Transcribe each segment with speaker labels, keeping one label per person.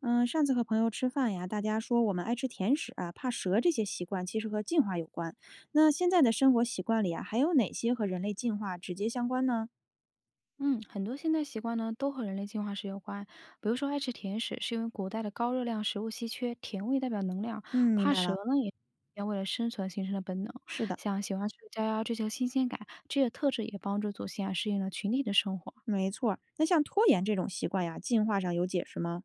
Speaker 1: 嗯，上次和朋友吃饭呀，大家说我们爱吃甜食啊，怕蛇这些习惯其实和进化有关。那现在的生活习惯里啊，还有哪些和人类进化直接相关呢？
Speaker 2: 嗯，很多现代习惯呢都和人类进化史有关。比如说，爱吃甜食是因为古代的高热量食物稀缺，甜味代表能量；
Speaker 1: 嗯，明
Speaker 2: 怕
Speaker 1: 白
Speaker 2: 蛇
Speaker 1: 了，
Speaker 2: 呢也要为了生存形成的本能。
Speaker 1: 是的，
Speaker 2: 像喜欢社交呀、追求新鲜感这些特质，也帮助祖先啊适应了群体的生活。
Speaker 1: 没错儿。那像拖延这种习惯呀，进化上有解释吗？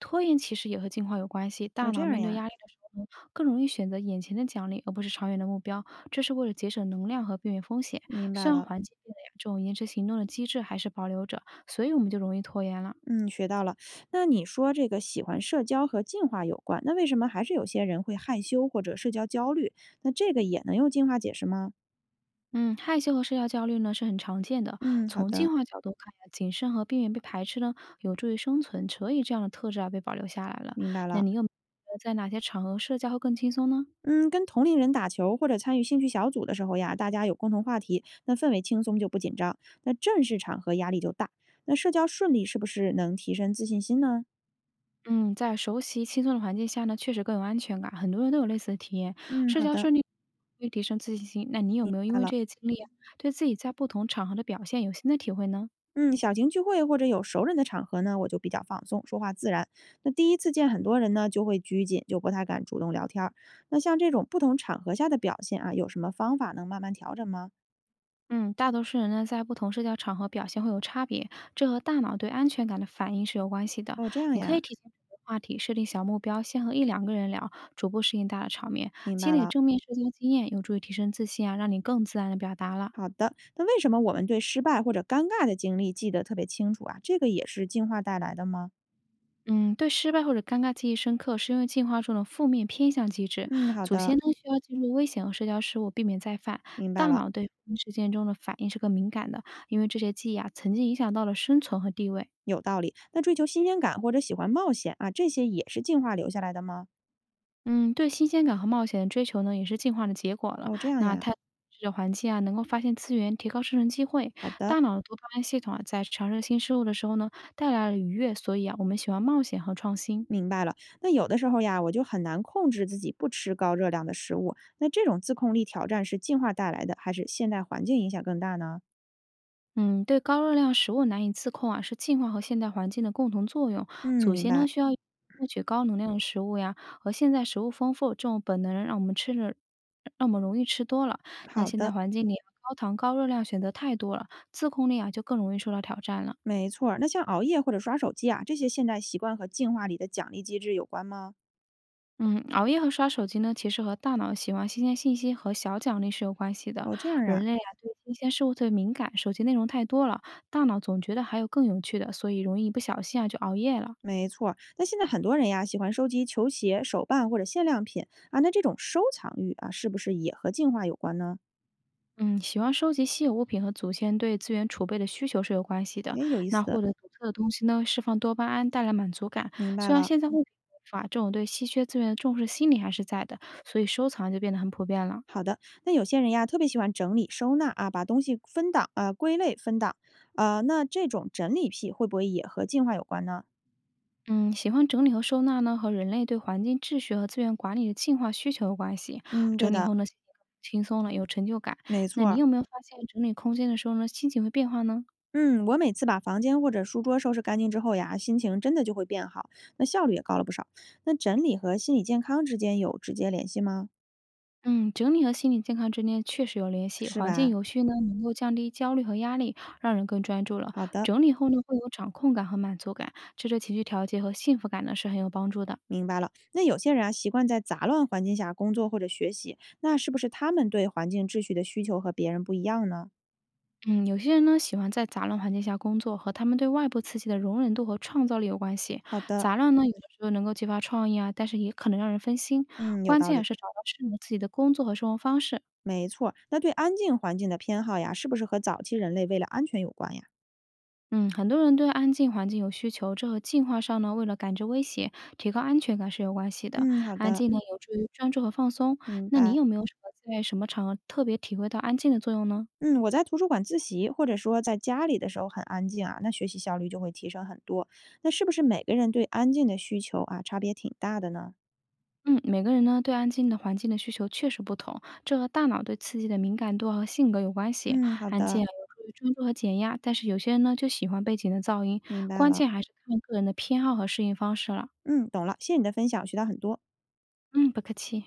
Speaker 2: 拖延其实也和进化有关系。大
Speaker 1: 哦，这
Speaker 2: 脑
Speaker 1: 样
Speaker 2: 面对
Speaker 1: 呀，
Speaker 2: 压力的时候呢，更容易选择眼前的奖励，而不是长远的目标。这是为了节省能量和避免风险。
Speaker 1: 明白
Speaker 2: 虽然
Speaker 1: 了，
Speaker 2: 环境变了呀，这种延迟行动的机制还是保留着，所以我们就容易拖延了。
Speaker 1: 嗯，学到了。那你说这个喜欢社交和进化有关，那为什么还是有些人会害羞或者社交焦虑？那这个也能用进化解释吗？
Speaker 2: 嗯，害羞和社交焦虑呢是很常见的。
Speaker 1: 嗯，好
Speaker 2: 从进
Speaker 1: 的，
Speaker 2: 化角度看呀，谨慎和避免被排斥呢，有助于生存，所以这样的特质啊被保留下来了。
Speaker 1: 明白
Speaker 2: 那
Speaker 1: 了。
Speaker 2: 你有没有觉得在哪些场合社交会更轻松呢？
Speaker 1: 嗯，跟同龄人打球或者参与兴趣小组的时候呀，大家有共同话题，那氛围轻松就不紧张。那正式场合压力就大。那社交顺利是不是能提升自信心呢？
Speaker 2: 嗯，在熟悉、轻松的环境下呢，确实更有安全感。很多人都有类似的体验，
Speaker 1: 嗯，
Speaker 2: 社
Speaker 1: 好
Speaker 2: 交
Speaker 1: 的，明
Speaker 2: 顺利会提升自信心。那你有没有因
Speaker 1: 白
Speaker 2: 为
Speaker 1: 了。
Speaker 2: 这些经历啊，对自己在不同场合的表现有新的体会呢？
Speaker 1: 嗯，小型聚会或者有熟人的场合呢，我就比较放松，说话自然。那第一次见很多人呢，就会拘谨，就不太敢主动聊天儿。那像这种不同场合下的表现啊，有什么方法能慢慢调整吗？
Speaker 2: 嗯，大多数人呢，在不同社交场合表现会有差别，这和大脑对安全感的反应是有关系的。
Speaker 1: 哦，这样
Speaker 2: 你可以
Speaker 1: 呀，
Speaker 2: 提前准备话题，设定小目标，先和一两个人聊，逐步适应大的场面，
Speaker 1: 明
Speaker 2: 积
Speaker 1: 白
Speaker 2: 累
Speaker 1: 了。
Speaker 2: 正面社交经验，有助于提升自信啊，让你更自然的表达了。
Speaker 1: 好的，那为什么我们对失败或者尴尬的经历记得特别清楚啊？这个也是进化带来的吗？
Speaker 2: 嗯，对失败或者尴尬记忆深刻，是因为进化中的负面偏向机制，
Speaker 1: 嗯，好
Speaker 2: 祖
Speaker 1: 的，
Speaker 2: 先呢需要记录危险和社交失误，避免再犯。
Speaker 1: 明
Speaker 2: 大
Speaker 1: 白了，
Speaker 2: 脑对负面事件中的反应是更敏感的，因为这些记忆啊，曾经影响到了生存和地位。
Speaker 1: 有道理。那追求新鲜感或者喜欢冒险啊，这些也是进化留下来的吗？
Speaker 2: 嗯，对新鲜感和冒险的追求呢，也是进化的结果了。
Speaker 1: 哦，这样
Speaker 2: 那
Speaker 1: 呀，
Speaker 2: 探索的环境啊，能够发现资源，提高生存机会。
Speaker 1: 好的，
Speaker 2: 大脑的多巴胺系统啊，在尝试新事物的时候呢，带来了愉悦，所以啊，我们喜欢冒险和创新。
Speaker 1: 明白了。那有的时候呀，我就很难控制自己不吃高热量的食物，那这种自控力挑战是进化带来的，还是现代环境影响更大呢？
Speaker 2: 嗯，对高热量食物难以自控啊，是进化和现代环境的共同作用。
Speaker 1: 嗯，
Speaker 2: 祖
Speaker 1: 明
Speaker 2: 先呢，
Speaker 1: 白，
Speaker 2: 需要获取高能量的食物呀，而现在食物丰富，这种本能让我们吃的，让我们容易吃多了。那
Speaker 1: 好
Speaker 2: 现在
Speaker 1: 的。
Speaker 2: 环境里啊高糖高热量选择太多了，自控力啊就更容易受到挑战了。
Speaker 1: 没错儿，那像熬夜或者刷手机啊，这些现代习惯和进化里的奖励机制有关吗？
Speaker 2: 嗯，熬夜和刷手机呢，其实和大脑喜欢新鲜信息和小奖励是有关系的。
Speaker 1: 哦，这样
Speaker 2: 人
Speaker 1: 啊，
Speaker 2: 类啊，对新鲜事物特别敏感，手机内容太多了，大脑总觉得还有更有趣的，所以容易一不小心啊就熬夜了。
Speaker 1: 没错儿那现在很多人呀，喜欢收集球鞋、手办或者限量品啊，那这种收藏欲啊，是不是也和进化有关呢？
Speaker 2: 嗯，喜欢收集稀有物品和祖先对资源储备的需求是有关系的。
Speaker 1: 诶，有意
Speaker 2: 那获
Speaker 1: 思，
Speaker 2: 得独特的东西呢，释放多巴胺，带来满足感。
Speaker 1: 明白
Speaker 2: 虽然
Speaker 1: 了。
Speaker 2: 现在物品匮乏，这种对稀缺资源的重视心理还是在的，所以收藏就变得很普遍了。
Speaker 1: 好的，那有些人呀，特别喜欢整理收纳啊，把东西分档啊、归类分档啊，那这种整理癖会不会也和进化有关呢？
Speaker 2: 嗯，喜欢整理和收纳呢，和人类对环境秩序和资源管理的进化需求有关系。
Speaker 1: 嗯，对
Speaker 2: 整理
Speaker 1: 的，
Speaker 2: 后呢，心情更轻松了，有成就感。
Speaker 1: 没
Speaker 2: 那
Speaker 1: 错
Speaker 2: 你
Speaker 1: 儿。
Speaker 2: 有没有发现，整理空间的时候呢，心情会变化呢？
Speaker 1: 嗯，我每次把房间或者书桌收拾干净之后呀，心情真的就会变好，那效率也高了不少。那整理和心理健康之间有直接联系吗？
Speaker 2: 嗯，整理和心理健康之间确实有联系。
Speaker 1: 是
Speaker 2: 环境
Speaker 1: 吧？
Speaker 2: 有序呢，能够降低焦虑和压力，让人更专注了。
Speaker 1: 好的，
Speaker 2: 整理后呢，会有掌控感和满足感，这对情绪调节和幸福感呢是很有帮助的。
Speaker 1: 明白了。那有些人啊，习惯在杂乱环境下工作或者学习，那是不是他们对环境秩序的需求和别人不一样呢？
Speaker 2: 嗯，有些人呢喜欢在杂乱环境下工作，和他们对外部刺激的容忍度和创造力有关系。
Speaker 1: 好的，
Speaker 2: 杂乱呢，有的时候能够激发创意啊，但是也可能让人分心。
Speaker 1: 嗯，有
Speaker 2: 关
Speaker 1: 道
Speaker 2: 键啊
Speaker 1: 理，
Speaker 2: 是找到适合自己的工作和生活方式。
Speaker 1: 没错。那对安静环境的偏好呀，是不是和早期人类为了安全有关呀？
Speaker 2: 嗯，很多人对安静环境有需求，这和进化上呢，为了感知威胁、提高安全感是有关系的。
Speaker 1: 嗯，好
Speaker 2: 安
Speaker 1: 的，
Speaker 2: 静呢，有助于专注和放松。
Speaker 1: 明
Speaker 2: 那你
Speaker 1: 白。
Speaker 2: 有没有什么在什么场合特别体会到安静的作用呢？
Speaker 1: 嗯，我在图书馆自习，或者说在家里的时候很安静啊，那学习效率就会提升很多。那是不是每个人对安静的需求啊，差别挺大的呢？
Speaker 2: 嗯，每个人呢对安静的环境的需求确实不同，这和大脑对刺激的敏感度和性格有关系。
Speaker 1: 嗯，好
Speaker 2: 安静
Speaker 1: 的，
Speaker 2: 啊有助于专注和减压，但是有些人呢就喜欢背景的噪音，
Speaker 1: 明白
Speaker 2: 关
Speaker 1: 了。
Speaker 2: 键还是看个人的偏好和适应方式了。
Speaker 1: 嗯，懂了，谢谢你的分享，我学到很多。
Speaker 2: 嗯，不客气。